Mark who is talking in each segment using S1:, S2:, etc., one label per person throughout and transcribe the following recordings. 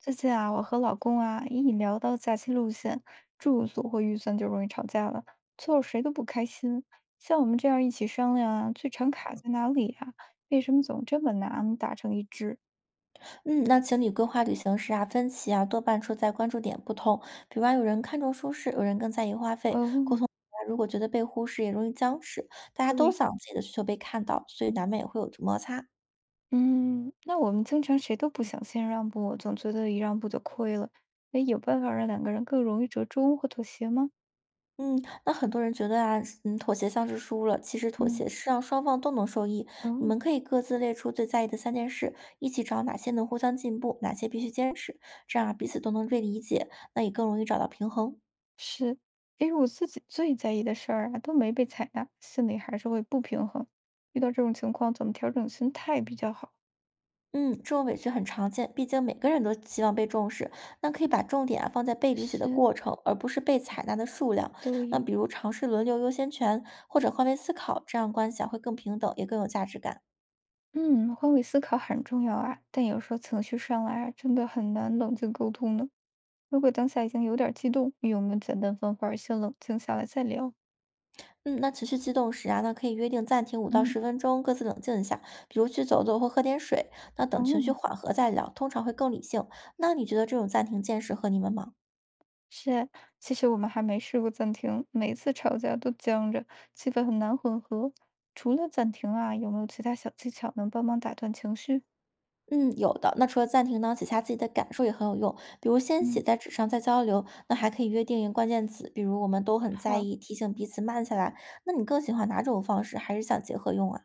S1: 最近啊，我和老公啊一聊到假期路线、住宿或预算，就容易吵架了，最后谁都不开心。像我们这样一起商量啊，最常卡在哪里啊？为什么总这么难达成一致？
S2: 嗯，那情侣规划旅行时啊，分歧啊多半出在关注点不同。比如啊，有人看重舒适，有人更在意花费。沟
S1: 哦，
S2: 通啊如果觉得被忽视，也容易僵持。大家都
S1: 对，
S2: 想自己的需求被看到，所以难免也会有摩擦。
S1: 嗯，那我们经常谁都不想先让步，总觉得一让步就亏了。哎，有办法让两个人更容易折中或妥协吗？
S2: 嗯，那很多人觉得啊，妥协像是输了，其实妥
S1: 嗯，
S2: 协是让双方都能受益。
S1: 哦，
S2: 你们可以各自列出最在意的三件事，一起找哪些能互相进步，哪些必须坚持，这样啊彼此都能被理解，那也更容易找到平衡。
S1: 是，因为我自己最在意的事儿啊都没被采纳，心里还是会不平衡。遇到这种情况，怎么调整心态比较好？
S2: 嗯，这种委屈很常见，毕竟每个人都希望被重视。那可以把重点啊放在被理解的
S1: 是，
S2: 过程，而不是被采纳的数量。那
S1: 对，
S2: 比如尝试轮流优先权，或者换位思考，这样关系啊会更平等，也更有价值感。
S1: 嗯，换位思考很重要啊，但有时候情绪上来啊，真的很难冷静沟通呢。如果当下已经有点儿激动，有没有简单方法儿先冷静下来再聊？
S2: 嗯，那情绪激动时啊，那可以约定暂停五到
S1: 嗯。
S2: 十分钟，各自冷静一下，比如去走走或喝点水。那等情绪
S1: 哦，
S2: 缓和再聊，通常会更理性。那你觉得这种暂停键适合你们吗？
S1: 是，其实我们还没试过暂停，每次吵架都僵着，气氛很难混合。除了暂停啊，有没有其他小技巧能帮忙打断情绪？
S2: 嗯，有的。那除了暂停呢，写下自己的感受也很有用，比如先写
S1: 嗯，
S2: 在纸上再交流。那还可以约定关键词，比如我们都很在
S1: 好，
S2: 意，提醒彼此慢下来。那你更喜欢哪种方式？还是想结合用啊？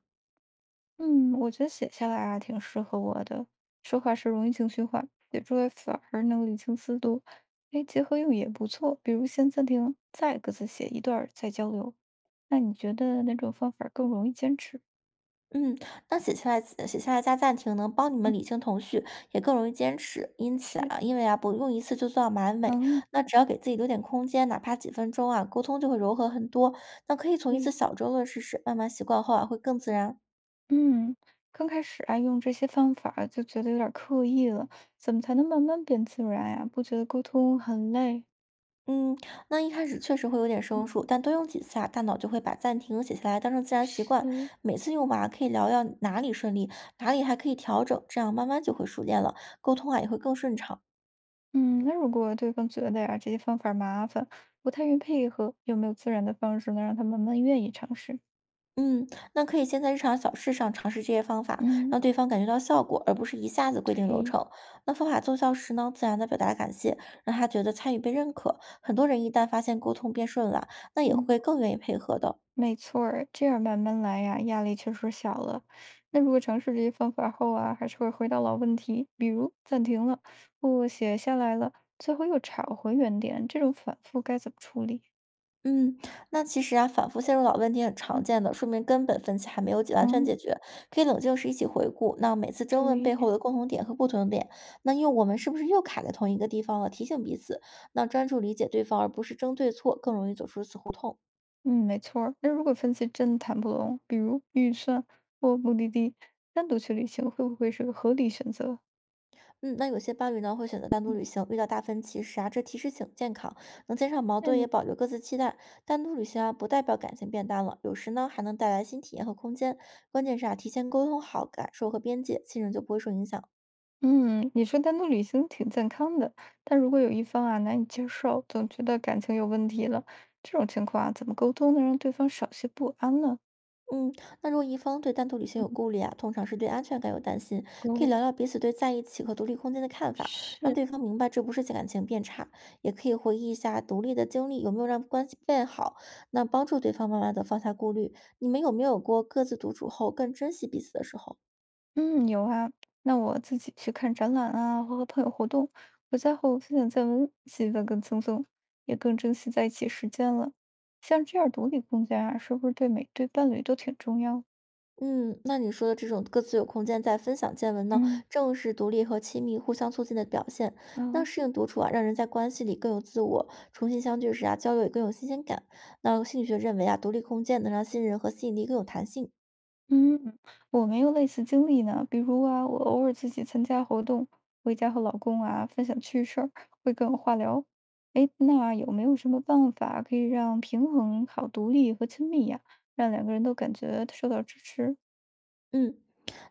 S1: 嗯，我觉得写下来啊，挺适合我的。说话时容易情绪化，写出来反而能理清思路。哎，结合用也不错，比如先暂停，再各自写一段儿，再交流。那你觉得哪种方法更容易坚持？
S2: 嗯，那写下来加暂停能帮你们理清头绪，也更容易坚持。因此
S1: 是。
S2: 啊，因为啊不用一次就做到完美，
S1: 嗯，
S2: 那只要给自己留点空间，哪怕几分钟啊，沟通就会柔和很多。那可以从一次
S1: 对。
S2: 小争论试试，慢慢习惯后啊会更自然。
S1: 嗯，刚开始啊，用这些方法儿就觉得有点儿刻意了，怎么才能慢慢变自然呀？不觉得沟通很累？
S2: 嗯，那一开始确实会有点
S1: 嗯，
S2: 生疏，但多用几次啊，大脑就会把暂停写下来当成自然习
S1: 是，
S2: 惯。每次用完啊可以聊聊哪里顺利，哪里还可以调整，这样慢慢就会熟练了，沟通啊也会更顺畅。
S1: 嗯，那如果对方觉得呀，这些方法儿麻烦，不太愿意配合，有没有自然的方式能让他慢慢愿意尝试？
S2: 嗯，那可以先在日常小事上尝试这些方法，
S1: 嗯，
S2: 让对方感觉到效果，而不是一下子规定流
S1: 对，
S2: 程。那方法奏效时呢，自然的表达感谢，让他觉得参与被认可。很多人一旦发现沟通变顺了，那也
S1: 嗯。
S2: 会更愿意配合的。
S1: 没错儿，这样慢慢来呀，压力确实小了。那如果尝试这些方法后啊，还是会回到老问题，比如暂停了，或写下来了，最后又找回原点，这种反复该怎么处理？
S2: 嗯，那其实啊，反复陷入老问题很常
S1: 嗯，
S2: 见的，说明根本分歧还没有解完全
S1: 嗯，
S2: 解决。可以冷静时一起回顾，那每次争论
S1: 对，
S2: 背后的共同点和不同点，那因为我们是不是又卡在同一个地方了？提醒彼此，那专注理解对方，而不是争对错，更容易走出死胡同。
S1: 嗯，没错儿。那如果分析真谈不拢，比如预算或目的地，单独去旅行会不会是个合理选择？
S2: 嗯，那有些伴侣呢会选择单独旅行，遇到大分歧时啊，这提示挺健康，能减少矛盾，
S1: 嗯。
S2: 也保留各自期待。单独旅行啊，不代表感情变淡了，有时呢还能带来新体验和空间。关键是啊，提前沟通好感受和边界，信任就不会受影响。
S1: 嗯，你说单独旅行挺健康的，但如果有一方啊难以接受，总觉得感情有问题了，这种情况啊，怎么沟通能让对方少些不安呢？
S2: 嗯，那如果一方对单独旅行有顾虑啊，通常是对安全感有担心，可以
S1: 哦，
S2: 聊聊彼此对在一起和独立空间的看法，让
S1: 是，
S2: 对方明白这不是感情变差，也可以回忆一下独立的经历有没有让关系变好，那帮助对方慢慢的放下顾虑。你们有没有过各自独处后更珍惜彼此的时候？
S1: 嗯，有啊，那我自己去看展览啊，或和朋友活动，回家后分享见闻，气氛更轻松，也更珍惜在一起时间了。像这样独立空间啊，是不是对每对伴侣都挺重要？
S2: 嗯，那你说的这种各自有空间在分享见闻呢，
S1: 嗯。
S2: 正是独立和亲密互相促进的表现。那
S1: 哦，
S2: 适应独处啊，让人在关系里更有自我，重新相聚时啊，交流也更有新鲜感。那心理学认为啊，独立空间能让信任和吸引力更有弹性。
S1: 嗯，我没有类似经历呢。比如啊，我偶尔自己参加活动，回家和老公啊分享趣事儿，会跟我话聊。哎，那有没有什么办法可以让平衡好独立和亲密呀、让两个人都感觉受到支持？
S2: 嗯。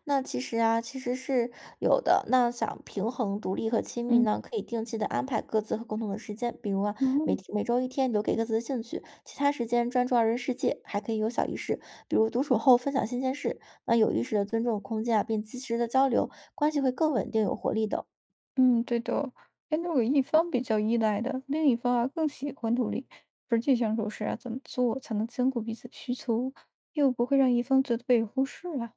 S2: 那其实是有的。那想平衡独立和亲密
S1: 嗯，
S2: 呢，可以定期的安排各自和共同的时间，比如啊，每
S1: 哦，
S2: 天每周一天留给各自的兴趣，其他时间专注二人世界。还可以有小仪式，比如独处后分享新鲜事。那有意识的尊重空间啊，并及时的交流，关系会更稳定有活力的。
S1: 嗯，对的哦。哎，如果一方比较依赖的，另一方啊更喜欢独立，实际相处时啊，怎么做才能兼顾彼此需求，又不会让一方觉得被忽视啊？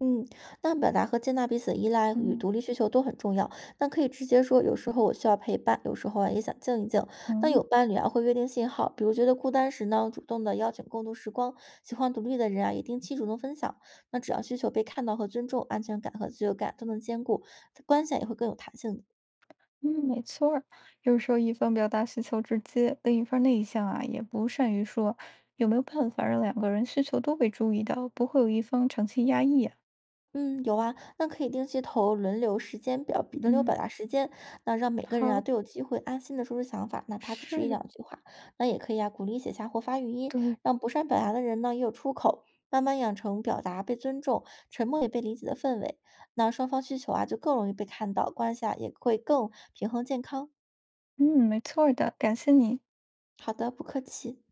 S2: 嗯，那表达和接纳彼此的依赖与
S1: 嗯，
S2: 独立需求都很重要。那可以直接说，有时候我需要陪伴，有时候啊也想静一静。那有
S1: 哦。
S2: 伴侣啊会约定信号，比如觉得孤单时呢，主动的邀请共度时光；喜欢独立的人啊，也定期主动分享。那只要需求被看到和尊重，安全感和自由感都能兼顾，关系啊也会更有弹性的。
S1: 嗯，没错儿。有时候一方表达需求直接，另一方内向啊，也不善于说，有没有办法让两个人需求都被注意到，不会有一方长期压抑呀、
S2: 嗯，有啊，那可以定期投轮流时间表，比轮流表
S1: 嗯，
S2: 达时间，那让每个人啊
S1: 好，
S2: 都有机会安心的说出想法，哪怕只是一
S1: 是，
S2: 两句话。那也可以啊，鼓励写下或发语音，
S1: 的，
S2: 让不善表达的人呢也有出口，慢慢养成表达被尊重、沉默也被理解的氛围。那双方需求啊就更容易被看到，关系啊也会更平衡健康。
S1: 嗯，没错儿的，感谢你。
S2: 好的，不客气。